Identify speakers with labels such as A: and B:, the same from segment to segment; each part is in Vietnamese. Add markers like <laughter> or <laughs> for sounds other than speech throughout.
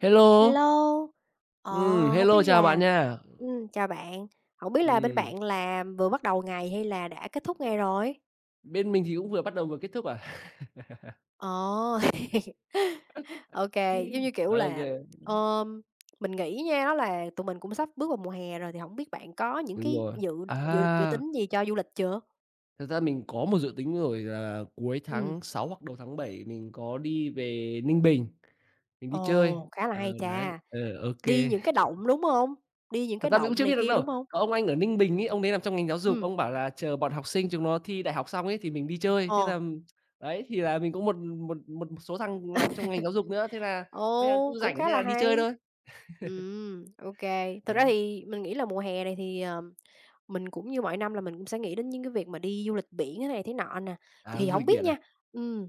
A: Hello.
B: Hello, ờ, không
A: Hello,
B: biết
A: chào bạn
B: là
A: nha.
B: chào bạn. Không biết là bên
A: Ừm,
B: bạn là vừa bắt đầu ngày hay là đã kết thúc ngày rồi?
A: Bên mình thì cũng vừa bắt đầu vừa kết thúc à?
B: Ờ, ô <laughs> giống như,
A: <laughs>
B: kiểu
A: Ô
B: là,
A: kê,
B: ờm, mình nghĩ nha, đó là tụi mình cũng sắp bước vào mùa hè rồi, thì không biết bạn có những
A: đúng
B: cái
A: rồi.
B: dự dự dự
A: À,
B: tính gì cho du lịch chưa?
A: thật ra mình có một dự tính rồi là cuối
B: Ừm,
A: tháng 6 hoặc đầu tháng 7 mình có đi về Ninh Bình, mình đi chơi.
B: ồ, khá là
A: Ờ,
B: hay
A: đấy,
B: cha,
A: ờ, ô
B: đi
A: kê.
B: những cái động, đúng không? Đi những
A: Thật
B: cái
A: ra mình cũng
B: động
A: chưa
B: này
A: biết được
B: kia,
A: đâu,
B: đúng không?
A: có ông anh ở Ninh Bình ấy, ông đấy làm trong ngành giáo dục,
B: Ừm,
A: ông bảo là chờ bọn học sinh chúng nó thi đại học xong ấy thì mình đi chơi. Thế
B: ờ.
A: là đấy, thì là mình cũng một một một số thằng làm trong ngành giáo dục nữa, thế là bây giờ
B: Ồ,
A: cũng
B: cũng
A: rảnh
B: khá
A: thế
B: là
A: là đi chơi
B: hay.
A: thôi.
B: Ok kê. Thực
A: À,
B: ra thì mình nghĩ là mùa hè này thì, mình cũng như mọi năm là mình cũng sẽ nghĩ đến những cái việc mà đi du lịch biển thế này thế nọ nè.
A: à,
B: Thì
A: du
B: không
A: lịch
B: biết
A: biển
B: nha,
A: à?
B: ừm,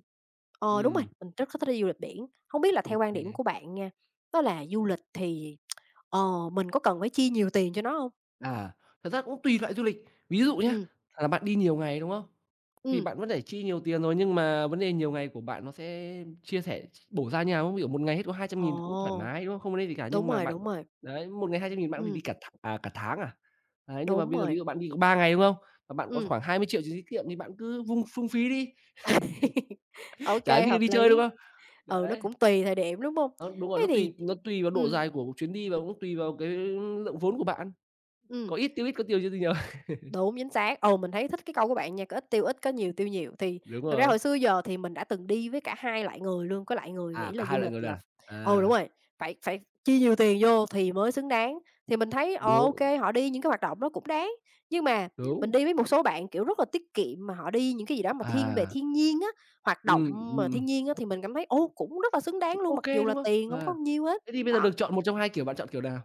B: đúng rồi,
A: Ừm,
B: mình rất thích đi du lịch biển. Không biết là theo quan điểm
A: ok.
B: của bạn nha, đó là du lịch thì, mình có cần phải chi nhiều tiền cho nó không?
A: À, thật ra cũng tùy loại du lịch. Ví dụ nhá,
B: Ừm,
A: là bạn đi nhiều ngày, đúng không? Thì
B: ừm,
A: bạn vẫn phải chi nhiều tiền rồi, nhưng mà vấn đề nhiều ngày của bạn nó sẽ chia sẻ, bổ ra như nào? Ví dụ một ngày hết có
B: ồ,
A: 200.000 thì cũng thoải mái, đúng không? Không vấn đề gì cả,
B: đúng
A: nhưng mà
B: rồi,
A: bạn
B: đúng rồi.
A: đấy, một ngày 200.000 bạn có thể đi
B: Ừm,
A: cả cả tháng à? Đấy, nhưng mà
B: đúng
A: bây giờ ví
B: rồi,
A: dụ bạn đi có 3 ngày, đúng không? Mà bạn có
B: ừm.
A: khoảng 20 triệu tiền tiết kiệm thì bạn cứ vung phung phí đi,
B: <laughs> Ok,
A: chả ai biết đi
B: hợp
A: chơi, đúng
B: lý.
A: không?
B: Ừ, nó
A: Đấy,
B: cũng tùy thời điểm, đúng hông?
A: đó, đúng rồi,
B: Thế
A: nó tùy
B: thì
A: nó tùy vào độ dài
B: ừm,
A: của chuyến đi và
B: ừm,
A: cũng tùy vào cái lượng vốn của bạn.
B: ừm,
A: Có ít tiêu ít, có tiêu chứ gì nhiều. <laughs>
B: đúng, chính xác. Ừ, mình thấy thích cái câu của bạn nha, có ít tiêu ít, có nhiều tiêu nhiều. Thì
A: Đúng
B: thực ra
A: rồi.
B: hồi xưa giờ thì mình đã từng đi với cả hai loại người luôn, có loại người
A: À,
B: nghĩ
A: cả
B: là
A: hai
B: du
A: loại
B: lịch
A: người
B: là,
A: là
B: ừ, đúng
A: à,
B: rồi, phải phải chi nhiều tiền vô thì mới xứng đáng, thì mình thấy, ô
A: đúng,
B: kê, họ đi những cái hoạt động đó cũng đáng. Nhưng mà mình
A: đúng.
B: đi với một số bạn, kiểu, rất là tiết kiệm mà họ đi những cái gì đó mà thiên về
A: À,
B: thiên nhiên á, hoạt
A: ừm,
B: động
A: ừm,
B: mà
A: ừm,
B: thiên nhiên á, thì mình cảm thấy, ô, cũng rất là xứng đáng
A: cũng
B: luôn,
A: ok,
B: mặc dù là
A: đúng không?
B: tiền hông có
A: À,
B: nhiêu hết.
A: thế thì bây giờ
B: Đó.
A: được chọn một trong hai kiểu, bạn chọn kiểu nào?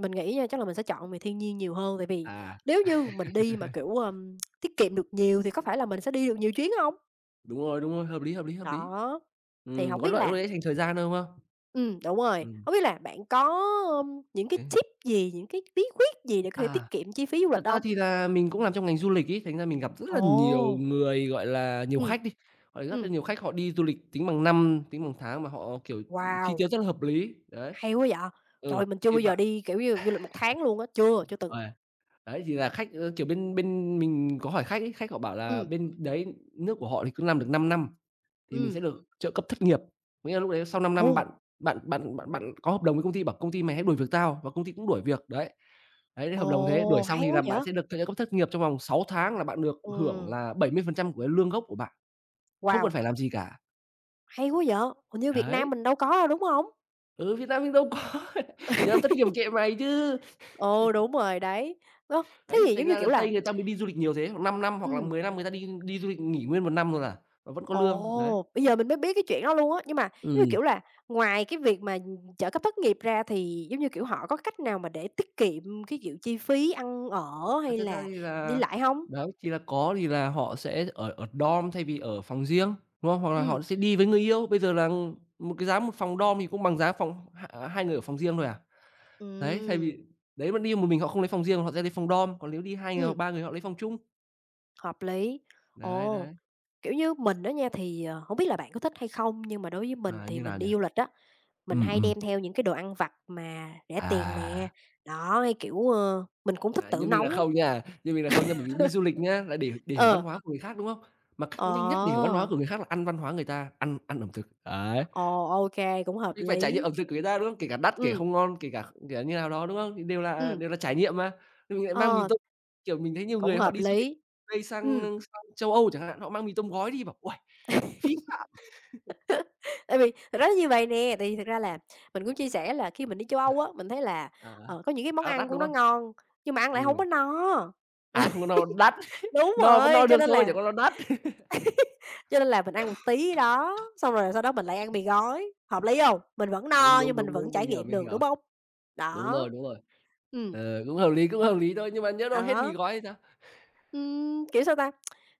B: Mình nghĩ nha, chắc là mình sẽ chọn về thiên nhiên nhiều hơn, tại vì
A: À,
B: nếu như mình đi mà, kiểu, tiết kiệm được nhiều thì có phải là mình sẽ đi được nhiều chuyến không?
A: đúng rồi, hợp lý, hợp lý, hợp lý.
B: Đó, thì không
A: Có
B: biết
A: loại lúc
B: là,
A: đấy dành thời gian hơn, đúng không?
B: đúng rồi,
A: Ừm,
B: không biết là bạn có, những cái
A: ô
B: tip gì, những cái bí quyết gì để có thể
A: À,
B: tiết kiệm chi phí du lịch
A: thật ra
B: không?
A: thì là mình cũng làm trong ngành du lịch ý thành ra mình gặp rất là nhiều
B: Ồ!
A: người, gọi là, nhiều
B: Ừm.
A: khách đi, gọi rất là
B: Ừm,
A: nhiều khách họ đi du lịch tính bằng năm, tính bằng tháng mà họ, kiểu, chi
B: wow,
A: tiêu rất là hợp lý, đấy.
B: hay quá vậy!
A: Ừ,
B: Trời, mình chưa
A: thì
B: bao giờ
A: bạn
B: đi, kiểu như, du lịch một tháng luôn á, chưa từng.
A: ờ. Đấy, thì là khách, ơ, kiểu, bên bên mình có hỏi khách ấy, khách họ bảo là
B: Ừm,
A: bên đấy nước của họ thì cứ làm được 5 năm thì mình sẽ
B: ừm.
A: được trợ cấp thất nghiệp. Có nghĩa là lúc đấy sau 5 năm
B: Ồ!
A: bạn bạn bạn bạn bạn có hợp đồng với công ty, bảo công ty "Mày hãy đuổi việc tao" và công ty cũng đuổi việc, đấy. Đấy, thế hợp đồng thế, đuổi
B: Ồ,
A: xong
B: hay
A: thì
B: quá
A: là bạn
B: vậy!
A: sẽ được trợ cấp thất nghiệp trong vòng 6 tháng là bạn được hưởng
B: Ừm,
A: là 70% của cái lương gốc của bạn, không cần
B: wow,
A: phải làm gì cả.
B: hay quá vậy! Hình như Việt
A: Đấy,
B: Nam mình đâu có đâu, đúng không?
A: ừ, Việt Nam mình đâu có, <laughs> Việt Nam thất nghiệp kệ mày chứ.
B: Ừ, đúng rồi, đấy. Thế
A: Đấy, thì
B: thì giống
A: thành
B: như,
A: ra là
B: kiểu là,
A: Tây người ta mới đi du lịch nhiều thế, 5 năm năm hoặc là
B: ừm,
A: 10 năm người ta đi đi du lịch nghỉ nguyên một năm luôn à, và vẫn có lương, đấy.
B: ồ, bây giờ mình mới biết cái chuyện đó luôn á. Nhưng mà, giống như,
A: Ừm,
B: kiểu là, ngoài cái việc mà trợ cấp thất nghiệp ra thì, giống như, kiểu, họ có cách nào mà để tiết kiệm cái, kiểu, chi phí ăn ở
A: à,
B: hay
A: thật ra
B: là
A: thì
B: đi
A: là
B: lại hông?
A: đó, thì là có thì là họ sẽ ở ở dorm thay vì ở phòng riêng, đúng không? Hoặc là họ
B: Ừm,
A: sẽ đi với người yêu, bây giờ là một cái giá một phòng dorm thì cũng bằng giá phòng h hai người ở phòng riêng thôi à. Đấy, thay
B: ừm,
A: vì đấy mà đi một mình họ không lấy phòng riêng, họ sẽ lấy phòng dorm, còn nếu đi 2 người hoặc
B: ừm,
A: 3 người họ lấy phòng chung.
B: hợp lý.
A: Đấy,
B: Ồ,
A: đấy,
B: kiểu như, mình á nha thì, hổng biết là bạn có thích hay không, nhưng mà đối với mình
A: à,
B: thì
A: như nào
B: mình
A: nhỉ?
B: đi du lịch á, mình
A: Ừm,
B: hay
A: ừm,
B: đem theo những cái đồ ăn vặt mà rẻ tiền nè.
A: à.
B: Đó, hay, kiểu, mình cũng thích
A: À,
B: tự
A: như mình là
B: nấu.
A: không nha, như mình là không nha, bởi vì đi du lịch nhá, là để hiểu văn
B: Ờ,
A: hóa của người khác, đúng không? Mà cách nhanh nhất để hiểu văn
B: ờ,
A: hóa của người khác là ăn văn hóa người ta, ăn ăn ẩm thực, đấy.
B: ồ, ô cũng hợp
A: Mình phải trải nghiệm
B: lý.
A: ẩm thực của người ta, đúng không? Kể cả đắt, kể
B: Ừm,
A: không ngon, kể cả kể như nào đó, đúng không? Thì đều là
B: ừm,
A: đều là trải nghiệm mà. Thì mình lại mang mì
B: ờ,
A: tôm, kiểu, mình thấy nhiều
B: cũng
A: người họ
B: hợp
A: đi du lịch
B: lý.
A: đây sang
B: Ừm,
A: sang châu Âu chẳng hạn, họ mang mì tôm gói đi, bảo: "Uầy, phí phạm!"
B: tại vì thật ra nó như vầy nè, tại vì thật ra là mình cũng chia sẻ là khi mình đi châu Âu á, mình thấy là,
A: À,
B: có những cái món
A: khá là
B: ăn
A: đắt,
B: cũng
A: đúng
B: nó
A: không?
B: ngon, nhưng mà ăn lại hông
A: Ừm,
B: có no.
A: không có no đắt, <laughs>
B: Đúng
A: no vẫn no
B: rồi, cho
A: được
B: nên
A: thôi, chẳng
B: là
A: qua nó đắt. <laughs>
B: cho nên là mình ăn một tí đó, xong rồi sau đó mình lại ăn mì gói, hợp lý hông? Mình vẫn
A: Đúng,
B: no
A: đúng,
B: nhưng mình
A: đúng,
B: vẫn
A: đúng, mình
B: trải
A: hiểu,
B: nghiệm
A: mình
B: được,
A: hiểu.
B: đúng hông?
A: Đúng
B: Đó,
A: rồi, đúng rồi.
B: ừm,
A: Ờ, cũng hợp lý thôi, nhưng mà nhỡ đâu hết mì
B: đó,
A: gói thì sao?
B: kiểu, sao ta?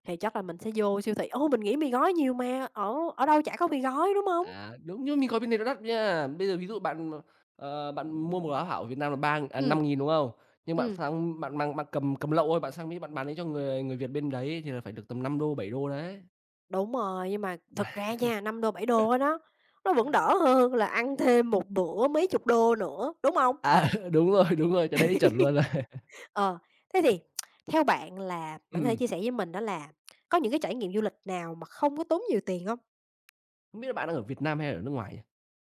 B: Thì chắc là mình sẽ vô siêu thị, ô, mình nghĩ mì gói nhiều mà, ở ở đâu chả có mì gói, đúng hông?
A: À, đúng, nhưng mà mì gói bên này nó đắt nha. Bây giờ ví dụ bạn, ờ, bạn mua một quả hảo ở Việt Nam là
B: Ừm.
A: 5.000, đúng không? Nhưng bạn
B: Ừm.
A: sang bạn mang bạn cầm cầm lậu thôi, bạn sang Mỹ bạn bán đấy cho người người Việt bên đấy thì là phải được tầm năm đô bảy đô đấy.
B: Đúng rồi, nhưng mà thực ra nha, $5, đô bảy đô á đó, nó vẫn đỡ hơn là ăn thêm một bữa mấy chục đô nữa, đúng hông?
A: À, <laughs> đúng rồi, cái đấy chuẩn luôn rồi. <laughs>
B: Ờ, thế thì theo bạn là bạn có thể
A: Ừm,
B: chia sẻ với mình đó là có những cái trải nghiệm du lịch nào mà không có tốn nhiều tiền hông?
A: không biết là bạn đang ở Việt Nam hay ở nước ngoài nhỉ?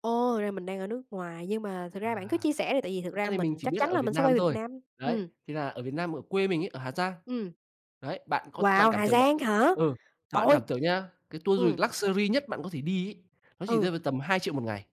B: Ồ, ra mình đang ở nước ngoài, nhưng mà thực ra bạn cứ
A: À,
B: chia sẻ đi, tại vì thực
A: thật ra
B: ra
A: thì mình
B: mình
A: chỉ
B: chắc
A: biết là
B: chắn
A: ở
B: là
A: Việt
B: mình sẽ
A: Nam
B: quay về Việt
A: thôi.
B: Nam.
A: Đấy, thì là ở Việt Nam, ở quê mình ấy, ở Hà Giang.
B: Ừm.
A: Đấy, bạn có bạn
B: Wow,
A: cảm
B: Hà
A: tưởng bạn
B: Giang hả?
A: ừ, bạn
B: Ôi, ơi!
A: cảm tưởng nhá, cái tour du
B: Ừm,
A: lịch luxury nhất bạn có thể đi ấy, nó chỉ rơi
B: ừ,
A: vào tầm hai triệu một ngày.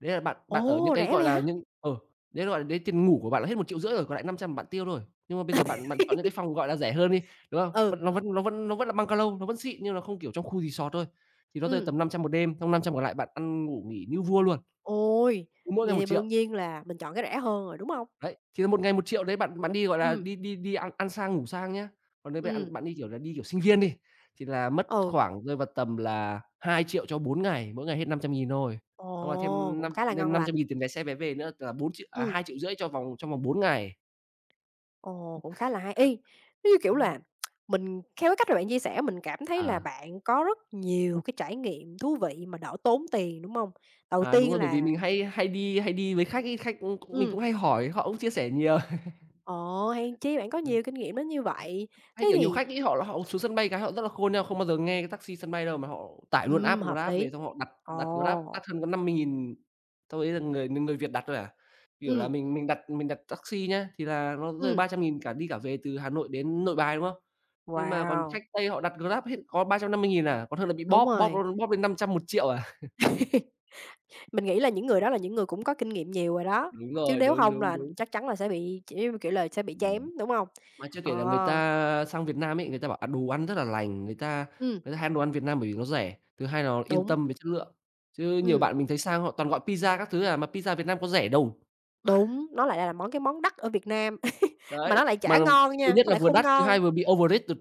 A: Đấy là bạn bạn ở những
B: ồ,
A: cái,
B: rẻ
A: gọi
B: vậy
A: là,
B: hả?
A: những ừ, đấy, gọi là, đến tiền ngủ của bạn là hết một triệu rưỡi rồi, còn lại 500 bạn tiêu thôi. Nhưng mà bây giờ bạn bạn chọn những cái
B: <laughs>
A: phòng, gọi là, rẻ hơn đi, đúng không?
B: Ừ,
A: Vẫn nó vẫn là bungalow, nó vẫn xịn nhưng nó không, kiểu, trong khu resort thôi, thì nó rơi
B: ừm.
A: tầm năm trăm một đêm, trong 500 còn lại bạn ăn, ngủ, nghỉ như vua luôn,
B: Ôi,
A: cứ mỗi ngày
B: vậy
A: một
B: thì đương
A: triệu.
B: nhiên là mình chọn cái rẻ hơn rồi, đúng hông?
A: Đấy, thì một ngày 1.000.000 đấy bạn bạn đi, gọi là,
B: Ừm,
A: đi đi đi ăn ăn sang ngủ sang nhá. Còn nếu
B: ừm,
A: bạn bạn đi, kiểu là, đi kiểu sinh viên đi, thì là mất
B: ừ.
A: khoảng rơi vào tầm là 2.000.000 cho 4 ngày, mỗi ngày hết 500.000 thôi. Xong là
B: Ồ,
A: thêm
B: cũng
A: năm
B: khá là
A: lên
B: ngon
A: năm trăm
B: lành.
A: nghìn tiền vé xe vé về nữa là
B: Ừm.
A: 2.500.000 cho vòng trong vòng 4 ngày.
B: Ồ, cũng khá là hay. Giống như, kiểu là, mình theo cái cách mà bạn chia sẻ mình cảm thấy là
A: À,
B: bạn có rất nhiều cái trải nghiệm thú vị mà đỡ tốn tiền, đúng hông? Đầu
A: à, đúng
B: tiên
A: rồi, bởi vì
B: là
A: mình hay hay đi với khách ấy, khách, cũng mình cũng
B: Ừm.
A: hay hỏi, họ cũng chia sẻ nhiều.
B: Ồ, hèn chi bạn có
A: Ừm.
B: nhiều kinh nghiệm đến như vậy.
A: Hay,
B: Thế
A: kiểu, nhiều
B: thì
A: khách ý họ họ xuống sân bay cái họ rất là khôn nha, không bao giờ nghe cái taxi sân bay đâu, mà họ tải luôn app
B: hợp
A: Grab về
B: lý.
A: xong họ đặt đặt Grab
B: Ồ.
A: đắt hơn có 50.000 sau đấy là người người Việt đặt thôi à. Kiểu là
B: Ừm,
A: mình đặt taxi nhá, thì là nó rơi
B: ừm.
A: 300.000 cả đi cả về từ Hà Nội đến Nội Bài, đúng không? Nhưng mà còn khách
B: Wow,
A: Tây họ đặt Grab hết có 350.000 à, còn hơn là bị
B: đúng
A: bóp, bóp
B: rồi.
A: bóp lên 500 1.000.000 à.
B: Mình nghĩ là những người đó là những người cũng có kinh nghiệm nhiều rồi đó,
A: Đúng
B: chứ
A: rồi,
B: nếu
A: đúng,
B: không
A: đúng,
B: là
A: đúng.
B: chắc chắn là sẽ bị, kiểu kiểu là, sẽ bị chém, đúng không?
A: Mà chưa kể là người
B: Ờ,
A: ta sang Việt Nam ấy, người ta bảo "À, đồ ăn rất là lành", người ta
B: ừm,
A: người ta hay ăn đồ ăn Việt Nam bởi vì nó rẻ, thứ hai là nó yên
B: đúng,
A: tâm về chất lượng. Chứ nhiều
B: ừm,
A: bạn mình thấy sang họ toàn gọi pizza các thứ à, mà pizza Việt Nam có rẻ đâu.
B: đúng, nó lại là cái món đắt ở Việt Nam, <laughs> mà
A: Đấy,
B: nó lại
A: mà
B: chả ngon
A: thứ
B: nha,
A: nhất
B: nó
A: là
B: lại
A: vừa
B: không
A: đắt, thứ hai
B: ngon.
A: vừa bị overrated.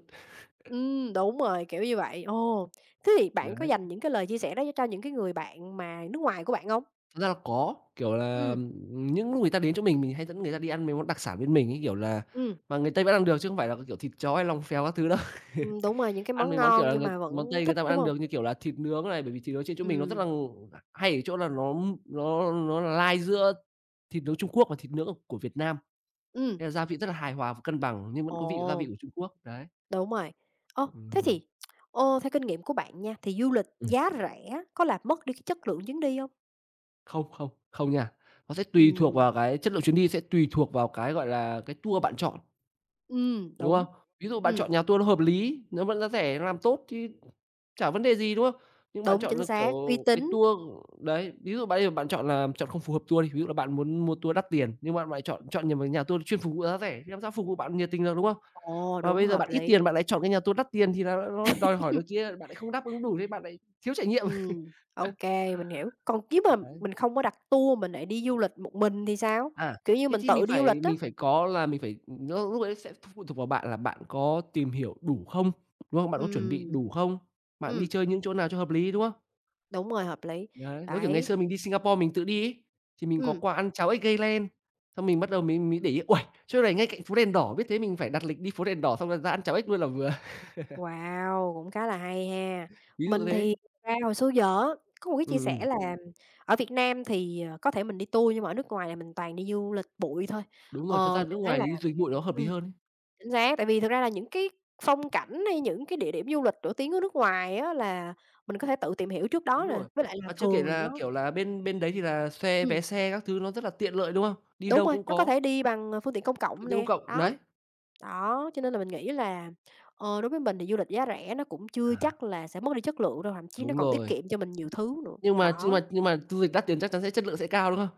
B: Đúng rồi, kiểu như vậy. Ồ, thế thì bạn có
A: Đấy,
B: dành những cái lời chia sẻ đó cho những cái người bạn mà nước ngoài của bạn không?
A: thật ra là có, kiểu là,
B: Ừ,
A: những lúc người ta đến chỗ mình hay dẫn người ta đi ăn mấy món đặc sản bên mình ấy, kiểu là,
B: ừm,
A: mà người Tây vẫn ăn được chứ không phải là, kiểu, thịt chó hay lòng phèo các thứ đâu. <laughs>
B: đúng rồi, những cái
A: Ăn
B: món
A: mấy món, kiểu
B: ngon
A: là,
B: nhưng
A: người
B: mà vẫn
A: món Tây người
B: thích,
A: ta vẫn
B: đúng
A: ăn
B: không?
A: được, như kiểu là thịt nướng này, bởi vì thịt nướng trên chỗ mình nó rất
B: Ừ,
A: là hay ở chỗ là nó là lai giữa thịt nướng Trung Quốc và thịt nướng của Việt Nam,
B: ừ,
A: nên là gia vị rất là hài hòa và cân bằng nhưng vẫn có vị gia vị
B: ồ.
A: của Trung Quốc, đấy.
B: Đúng rồi. Ô, thế
A: Ừm.
B: thì ô, theo kinh nghiệm của bạn nha, thì du lịch
A: Ừm,
B: giá rẻ có làm mất đi cái chất lượng chuyến đi hông?
A: không, không, không nha. Nó sẽ tùy thuộc
B: Ừm,
A: vào cái chất lượng chuyến đi, sẽ tùy thuộc vào cái, gọi là, cái tour bạn chọn. Đúng không?
B: đúng.
A: Ví dụ bạn
B: Ừm,
A: chọn nhà tour nó hợp lý, nó vẫn giá rẻ, làm tốt thì chả vấn đề gì, đúng không? Nhưng bạn
B: đúng,
A: chọn
B: chính
A: là,
B: xác, uy
A: kiểu, cái
B: tín.
A: tour đấy, ví dụ bạn bạn chọn không phù hợp tour đi, ví dụ là bạn muốn mua tour đắt tiền, nhưng bạn lại chọn chọn nhầm cái nhà tour chuyên phục vụ giá rẻ thì làm sao phục vụ bạn nhiệt tình được, đúng không?
B: Ồ,
A: Và
B: đúng,
A: bây giờ
B: hợp
A: bạn ít
B: lý.
A: tiền bạn lại chọn cái nhà tour đắt tiền thì là nó đòi hỏi đôi
B: <laughs>
A: kia bạn lại không đáp ứng đủ thế bạn lại thiếu trải nghiệm.
B: Ô
A: <laughs>
B: kê, mình hiểu. Còn nếu mà
A: Đấy.
B: mình không có đặt tour, mình lại đi du lịch một mình thì sao?
A: À,
B: Kiểu như,
A: thế
B: mình
A: thì
B: tự đi du lịch á.
A: mình phải có là mình phải nó lúc đấy sẽ phụ thuộc vào bạn là bạn có tìm hiểu đủ không, đúng không? Bạn có chuẩn bị
B: Ừm.
A: đủ không? Bạn đi
B: Ừm,
A: chơi những chỗ nào cho hợp lý, đúng không?
B: đúng rồi, hợp lý.
A: Đấy, giống kiểu ngày
B: Đấy,
A: xưa mình đi Singapore mình tự đi ấy, thì mình có
B: ừm.
A: qua ăn cháo ếch gây len, xong mình bắt đầu mình mới để ý, uầy, chỗ này ngay cạnh phố đèn đỏ, biết thế mình phải đặt lịch đi phố đèn đỏ xong rồi ra ăn cháo ếch luôn là vừa,
B: Wow, cũng khá là hay ha.
A: <laughs> ví dụ
B: Mình
A: thế.
B: thì thật ra hồi xưa giờ á, có một cái chia
A: Ừm,
B: sẻ
A: ừm,
B: là ở Việt Nam thì, có thể mình đi tour nhưng mà ở nước ngoài là mình toàn đi du lịch bụi thôi.
A: đúng rồi, thật ra nước
B: Thì mình thấy
A: ngoài
B: là,
A: thì đi dịch vụ nó hợp lý
B: ừm,
A: hơn ấy.
B: chính xác, tại vì thực ra là những cái phong cảnh hay những cái địa điểm du lịch nổi tiếng ở nước ngoài á là mình có thể tự tìm hiểu trước
A: Đúng
B: đó nè,
A: rồi,
B: với lại là
A: và chưa kể
B: thường thì
A: là,
B: nó
A: kiểu là, bên bên đấy thì là xe
B: ừm.
A: vé xe các thứ nó rất là tiện lợi, đúng không? Đi
B: Đúng
A: đâu
B: rồi,
A: cũng
B: nó có
A: có.
B: thể đi bằng, phương tiện công
A: Kinh
B: cộng
A: tế
B: nè,
A: cộng,
B: đó.
A: đấy.
B: Đó, cho nên là mình nghĩ là, đối với mình thì du lịch giá rẻ nó cũng chưa
A: À,
B: chắc là sẽ mất đi chất lượng đâu, thậm chí nó
A: đúng
B: còn tiết
A: rồi.
B: kiệm cho mình nhiều thứ nữa,
A: Nhưng mà nhưng
B: đó.
A: mà nhưng mà du lịch đắt tiền chắc chắn sẽ chất lượng sẽ cao, đúng không?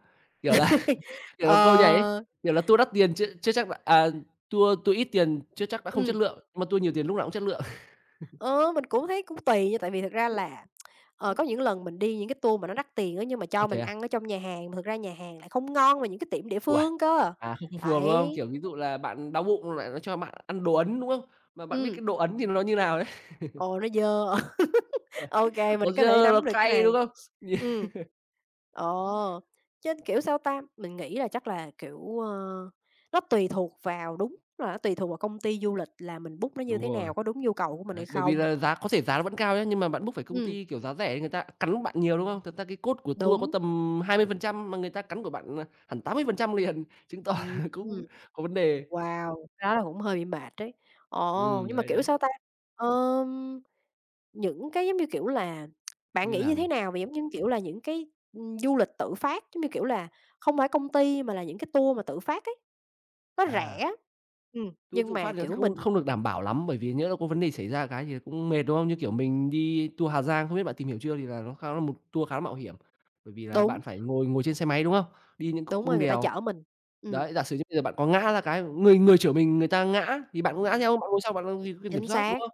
A: Kiểu là,
B: <laughs>
A: <laughs> kiểu là, câu nhảy ấy,
B: Ờ.
A: kiểu là, "Tour đắt tiền chưa chưa chắc đã à, tour tour ít tiền chưa chắc đã không chất
B: Ừm,
A: lượng, nhưng mà tour nhiều tiền lúc nào cũng chất lượng."
B: ờ, mình cũng thấy cũng tùy nha, tại vì thực ra
A: <laughs>
B: là, có những lần mình đi những cái tour mà nó đắt tiền á, nhưng mà
A: Ồ,
B: cho
A: thế
B: mình
A: à?
B: ăn ở trong nhà hàng, mà thực ra nhà hàng lại không ngon mà những cái tiệm địa
A: Uầy,
B: phương cơ.
A: à, không không phù hợp, đúng không?
B: Đấy,
A: Kiểu, ví dụ là bạn đau bụng lại nó cho bạn ăn đồ Ấn, đúng không? Mà bạn biết
B: ừ,
A: cái đồ Ấn thì nó như nào đấy,
B: ồ, nó dơ. <laughs> Ok,
A: <laughs> nó
B: mình có thể
A: dơ, nó
B: nắm được cái
A: cay, đúng
B: này.
A: không? <laughs>
B: Ừ. Ờ, chứ, kiểu, sao ta, mình nghĩ là chắc là, kiểu, nó tùy thuộc vào đúng là nó tùy thuộc vào công ty du lịch là mình book nó như
A: Đúng
B: thế
A: rồi.
B: nào, có đúng nhu cầu của mình
A: Đấy,
B: hay
A: bởi vì
B: không.
A: là giá có thể giá nó vẫn cao nhé nhưng mà bạn book phải công
B: Ừm.
A: ty, kiểu, giá rẻ thì người ta cắn bạn nhiều, đúng không? Thật ra cái cốt của tour có
B: Đúng,
A: tầm 20% mà người ta cắn của bạn, à, hẳn 80% liền, <laughs> chứng tỏ
B: ừm,
A: là <laughs> cũng
B: ừm,
A: có vấn đề.
B: wow, cái đó là cũng hơi bị mệt đấy. Ồ, nhưng mà,
A: Đấy,
B: kiểu,
A: đấy,
B: sao ta, ờm, những cái, giống như kiểu là, bạn
A: như
B: nghĩ như
A: nào nhỉ?
B: thế nào về, giống như, kiểu là, những cái, du lịch tự phát, giống như kiểu là, không phải công ty mà là những cái tour mà tự phát ấy? Nó
A: À,
B: rẻ, ừm,
A: tour
B: nhưng
A: tự phát
B: mà,
A: thì nó sẽ
B: kiểu,
A: không
B: mình
A: không được đảm bảo lắm, bởi vì nhỡ đâu có vấn đề xảy ra cái thì cũng mệt, đúng không? Như kiểu mình đi tour Hà Giang, không biết bạn tìm hiểu chưa thì là nó khá là một tour khá là mạo hiểm, bởi vì là
B: đúng.
A: bạn phải ngồi ngồi trên xe máy, đúng không? Đi những
B: Đúng
A: cung
B: rồi, người ta
A: đèo.
B: chở mình. Ừm,
A: Đấy, giả sử như bây giờ bạn có ngã ra cái người người chở mình người ta ngã thì bạn cũng ngã theo, bạn ngồi sau bạn làm gì có quyền kiểm
B: chính
A: soát, đúng
B: xác.
A: không?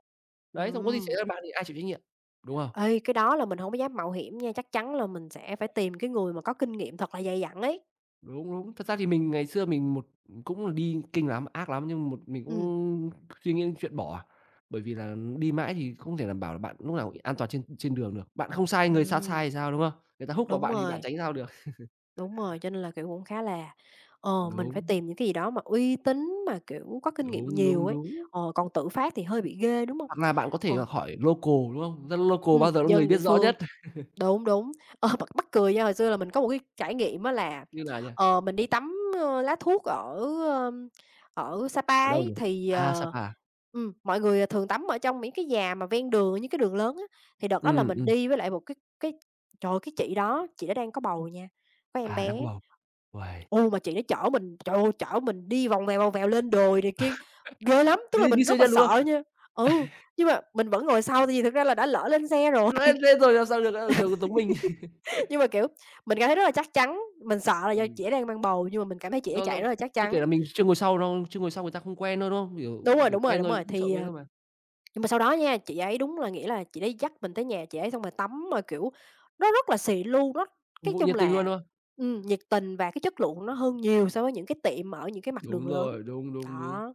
A: Đấy, xong có gì xảy
B: Ừm,
A: ra bạn thì ai chịu trách nhiệm, đúng không?
B: ê, cái đó là mình hổng có dám mạo hiểm nha, chắc chắn là mình sẽ phải tìm cái người mà có kinh nghiệm thật là dày dặn ấy.
A: Đúng, đúng. Thật ra thì mình ngày xưa mình một cũng là đi kinh lắm, ác lắm nhưng một mình
B: Ừm,
A: cũng suy nghĩ đến chuyện bỏ à. Bởi vì là đi mãi thì không thể đảm bảo là bạn lúc nào cũng an toàn trên trên đường được. Bạn không sai người ta
B: Ừm.
A: sai thì sao, đúng không? Người ta húc vào
B: Đúng
A: bạn thì bạn
B: rồi,
A: tránh sao được. <laughs>
B: đúng rồi, cho nên là, kiểu, cũng khá là, mình phải
A: Đúng,
B: tìm những cái gì đó mà uy tín mà, kiểu, có kinh nghiệm
A: đúng, đúng,
B: nhiều ấy,
A: đúng.
B: còn tự phát thì hơi bị ghê, đúng hông?
A: Hoặc là bạn có thể
B: Ờ,
A: là hỏi local, đúng không? Dân local bao giờ là người
B: dân
A: biết
B: địa
A: rõ
B: phương.
A: nhất. <laughs>
B: Đúng, đúng. Mắc mắc cười nha, hồi xưa là mình có một cái trải nghiệm á là,
A: Như nào nhỉ?
B: mình đi tắm, lá thuốc ở, ơm, ở Sapa
A: Ở đâu
B: ấy,
A: nhỉ?
B: thì,
A: À, Sapa à?
B: mọi người, thường tắm ở trong những cái nhà mà ven đường, những cái đường lớn á. Thì đợt đó là
A: Ừm,
B: mình
A: ừm.
B: đi với lại một cái trời ơi, cái chị đó đang có bầu nha, có em
A: À, đang có
B: bé.
A: bầu. Uầy,
B: Ô, mà chị đó chở mình, trời ơi, chở mình đi vòng vèo lên đồi này kia, ghê lắm! Tức
A: như
B: là
A: như
B: mình
A: siêu
B: rất là
A: nhân, đúng không?
B: sợ nha. Ừ, nhưng mà mình vẫn ngồi sau tại vì thực ra là đã lỡ lên xe rồi.
A: Lóe lên rồi làm sao được, ờ, giống giống mình. <laughs>
B: Nhưng mà, kiểu, mình cảm thấy rất là chắc chắn, mình sợ là do
A: Ừm,
B: chỉ đang mang bầu, nhưng mà mình cảm thấy chị
A: do
B: ấy
A: do
B: chạy rất là chắc
A: chưa kể
B: chắn.
A: là mình chưa ngồi sau đâu chưa ngồi sau người ta không quen đâu, đúng không? Kiểu
B: Đúng rồi,
A: kiểu,
B: đúng rồi,
A: quen
B: đúng
A: thôi cũng
B: rồi,
A: không sợ
B: thì,
A: mấy đâu mà.
B: nhưng mà sau đó nha, chị ấy đúng là nghĩa là chị ấy dắt mình tới nhà chị ấy xong rồi tắm mà, kiểu, nó rất là xì lu, nó
A: Phục
B: cái
A: vụ
B: chung
A: nhiệt tình luôn,
B: là,
A: đúng không?
B: nhiệt tình và cái chất lượng nó hơn nhiều so với những cái tiệm ở những cái mặt đường
A: Đúng
B: lớn.
A: rồi, đúng, đúng, đúng.
B: Đó,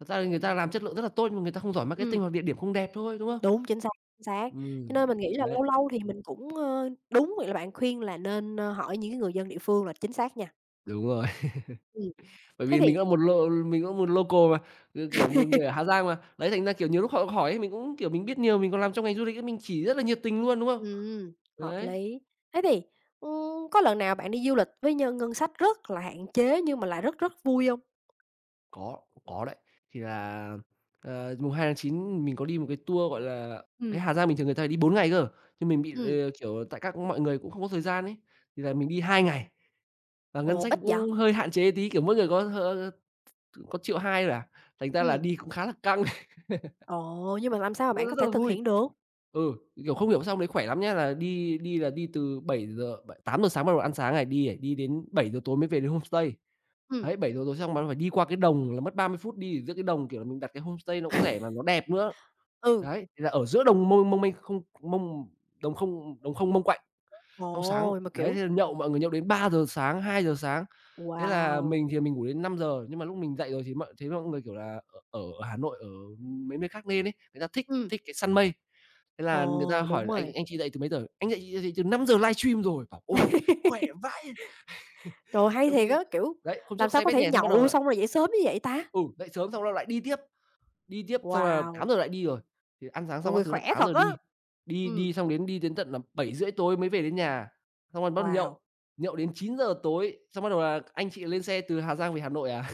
A: Thật ra thì người ta làm chất lượng rất là tốt nhưng mà người ta không giỏi marketing
B: ừm,
A: hoặc địa điểm không đẹp thôi, đúng không?
B: đúng, chính xác, chính xác. Cho nên
A: Ừm,
B: mình nghĩ là
A: đấy,
B: lâu lâu thì mình cũng, đúng vậy là bạn khuyên là nên, hỏi những cái người dân địa phương là chính xác nha.
A: đúng rồi. <laughs>
B: Ừm,
A: Bởi
B: thế
A: vì mình
B: thì
A: cũng là một lo mình cũng một local mà, ừ, kiểu, một người ở Hà Giang mà. Đấy, thành ra, kiểu, nhiều lúc họ hỏi ấy, mình cũng, kiểu, mình biết nhiều, mình còn làm trong ngành du lịch ấy, mình chỉ rất là nhiệt tình luôn, đúng không?
B: ừm, hợp
A: Đấy.
B: lý. Thế thì, có lần nào bạn đi du lịch với nhân ngân sách rất là hạn chế nhưng mà lại rất rất vui không?
A: Có, có đấy. Thì là, ờ, 2/9 mình có đi một cái tour, gọi là cái
B: Ừm.
A: Hà Giang bình thường người ta phải đi 4 ngày cơ, nhưng mình bị,
B: Ừm,
A: ờ, kiểu, tại các mọi người cũng không có thời gian ấy, thì là mình đi 2 ngày. Và ngân
B: ồ,
A: sách
B: ít vậy?
A: cũng hơi hạn chế tí, kiểu, mỗi người có có triệu hai 000 à, thành ra là
B: Ừm.
A: đi cũng khá là căng, <laughs>
B: Ồ, nhưng mà làm sao mà
A: nhưng mà
B: bạn
A: rất
B: có
A: rất
B: thể
A: là
B: thực
A: vui.
B: hiện được?
A: Ừ, kiểu, không hiểu sao hôm đấy khỏe lắm nhá, là đi đi là đi từ 7 giờ bảy 8 giờ sáng bắt đầu ăn sáng này, đi đi đến 7 giờ tối mới về đến homestay.
B: Ừm.
A: Đấy, 7 giờ tối xong bạn phải đi qua cái đồng là mất 30 phút đi, giữa cái đồng, kiểu là, mình đặt cái homestay nó cũng rẻ mà nó đẹp nữa.
B: Ừ.
A: Đấy, thì là ở giữa đồng mông mông manh không mông đồng không mông quạnh, xong sáng
B: Ồ, mà,
A: đấy,
B: kiểu
A: thế là nhậu, mọi người nhậu đến 3 giờ sáng, 2 giờ sáng. Thế là
B: wow!
A: mình thì mình ngủ đến 5 giờ nhưng mà lúc mình dậy rồi thì mọi thấy mọi người, kiểu là, ở ở Hà Nội, ở mấy nơi khác lên ấy, người ta thích
B: Ừm.
A: thích cái săn mây. Thế là người ta
B: Ồ,
A: hỏi
B: đúng
A: là "Anh
B: rồi.
A: anh chị dậy từ mấy giờ?" "Anh dậy chị dậy từ 5:00 livestream rồi." Bảo: "Uầy, khỏe vãi!"
B: Trời ơi, hay
A: Trong
B: thiệt
A: khi
B: á, kiểu,
A: đấy, hôm
B: làm
A: trước
B: sao
A: say
B: có
A: bét
B: thể
A: nhè xong bắt đầu.
B: nhậu xong rồi dậy sớm như vậy ta?
A: Ừ, dậy sớm xong là lại đi tiếp xong là tám
B: Wow,
A: giờ lại đi rồi, thì ăn sáng
B: mọi
A: xong các
B: người
A: thứ là
B: khỏe
A: tám
B: thật
A: giờ
B: á!
A: đi, đi
B: Ừm.
A: đi xong đến đi đến tận là 7:30 tối mới về đến nhà, xong rồi bắt đầu nhậu,
B: Wow,
A: nhậu đến 9 giờ tối, xong bắt đầu là anh chị lên xe từ Hà Giang về Hà Nội à.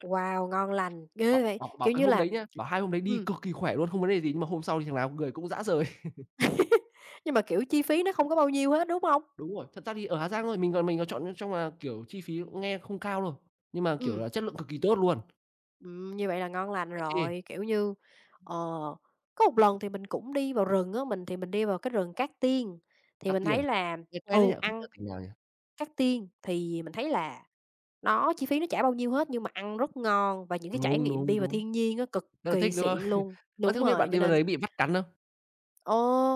B: wow, ngon lành,
A: Bảo
B: ghê vậy!
A: bảo bảo
B: Kiểu
A: cái
B: như
A: hôm
B: là
A: đấy nhá, bảo hai hôm đấy đi
B: ừm.
A: cực kỳ khỏe luôn, không vấn đề gì, nhưng mà hôm sau thì thằng nào người cũng rã rời. <laughs>
B: Nhưng mà, kiểu, chi phí nó không có bao nhiêu hết, đúng không?
A: Đúng rồi, thật ra thì ở Hà Giang thôi, mình còn chọn trong là, kiểu, chi phí cũng nghe không cao đâu, nhưng mà, kiểu
B: Ừm,
A: là, chất lượng cực kỳ tốt luôn.
B: như vậy là ngon lành
A: Vãi chê,
B: rồi, kiểu như, ờ, có một lần thì mình cũng đi vào rừng á, mình thì mình đi vào cái rừng Cát Tiên, thì
A: cắt
B: mình thấy
A: tiền,
B: là,
A: nghe quen ấy
B: ừ,
A: nhỉ, không biết ở
B: ăn
A: tỉnh nào nhỉ?
B: Cát Tiên thì mình thấy là nó chi phí nó chả bao nhiêu hết nhưng mà ăn rất ngon và những cái trải
A: Đúng,
B: nghiệm
A: đúng,
B: đi vào
A: đúng.
B: thiên nhiên á cực
A: Rất là thích,
B: kỳ
A: đúng không?
B: xịn luôn.
A: Ơ, thế
B: Đúng
A: không biết
B: rồi,
A: bạn
B: cho
A: đi vào
B: nên
A: đấy bị vắt cắn không?
B: Ờ,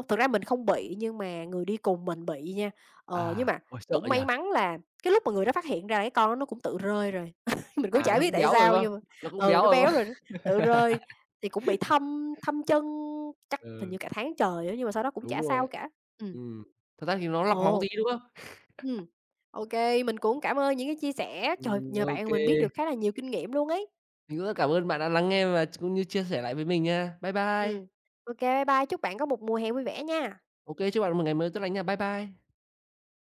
B: thực ra mình không bị, nhưng mà người đi cùng mình bị nha. Nhưng
A: À,
B: mà
A: ôi, sợ
B: cũng
A: nhỉ?
B: may mắn là cái lúc mà người đó phát hiện ra là cái con đó nó cũng tự rơi rồi, <laughs> mình cũng
A: À,
B: chả
A: nó
B: biết
A: cũng
B: tại
A: béo rồi, đúng
B: sao
A: không?
B: nhưng mà
A: Nó cũng
B: ừ,
A: béo
B: nó
A: rồi, đúng
B: béo
A: không?
B: rồi nó tự rơi, thì cũng bị thâm thâm chân chắc hình như
A: Ừ,
B: cả tháng trời á, nhưng mà sau đó cũng chả
A: đúng rồi
B: sao
A: đấy.
B: cả. Ừ.
A: Ừm, thật ra thì nó lọc máu tí,
B: Ồ.
A: đúng không?
B: Ừ. OK, mình cũng cảm ơn những cái chia sẻ. Trời, nhờ
A: Ô
B: bạn mà
A: kê.
B: mình biết được khá là nhiều kinh nghiệm luôn ấy.
A: Mình cũng rất cảm ơn bạn đã lắng nghe và ch cũng như chia sẻ lại với mình nha. Bye bye.
B: Ừm, ô bye bye, chúc bạn có một mùa hè vui vẻ nha.
A: Ô kê, chúc bạn một ngày mới tốt lành nha. Bye bye.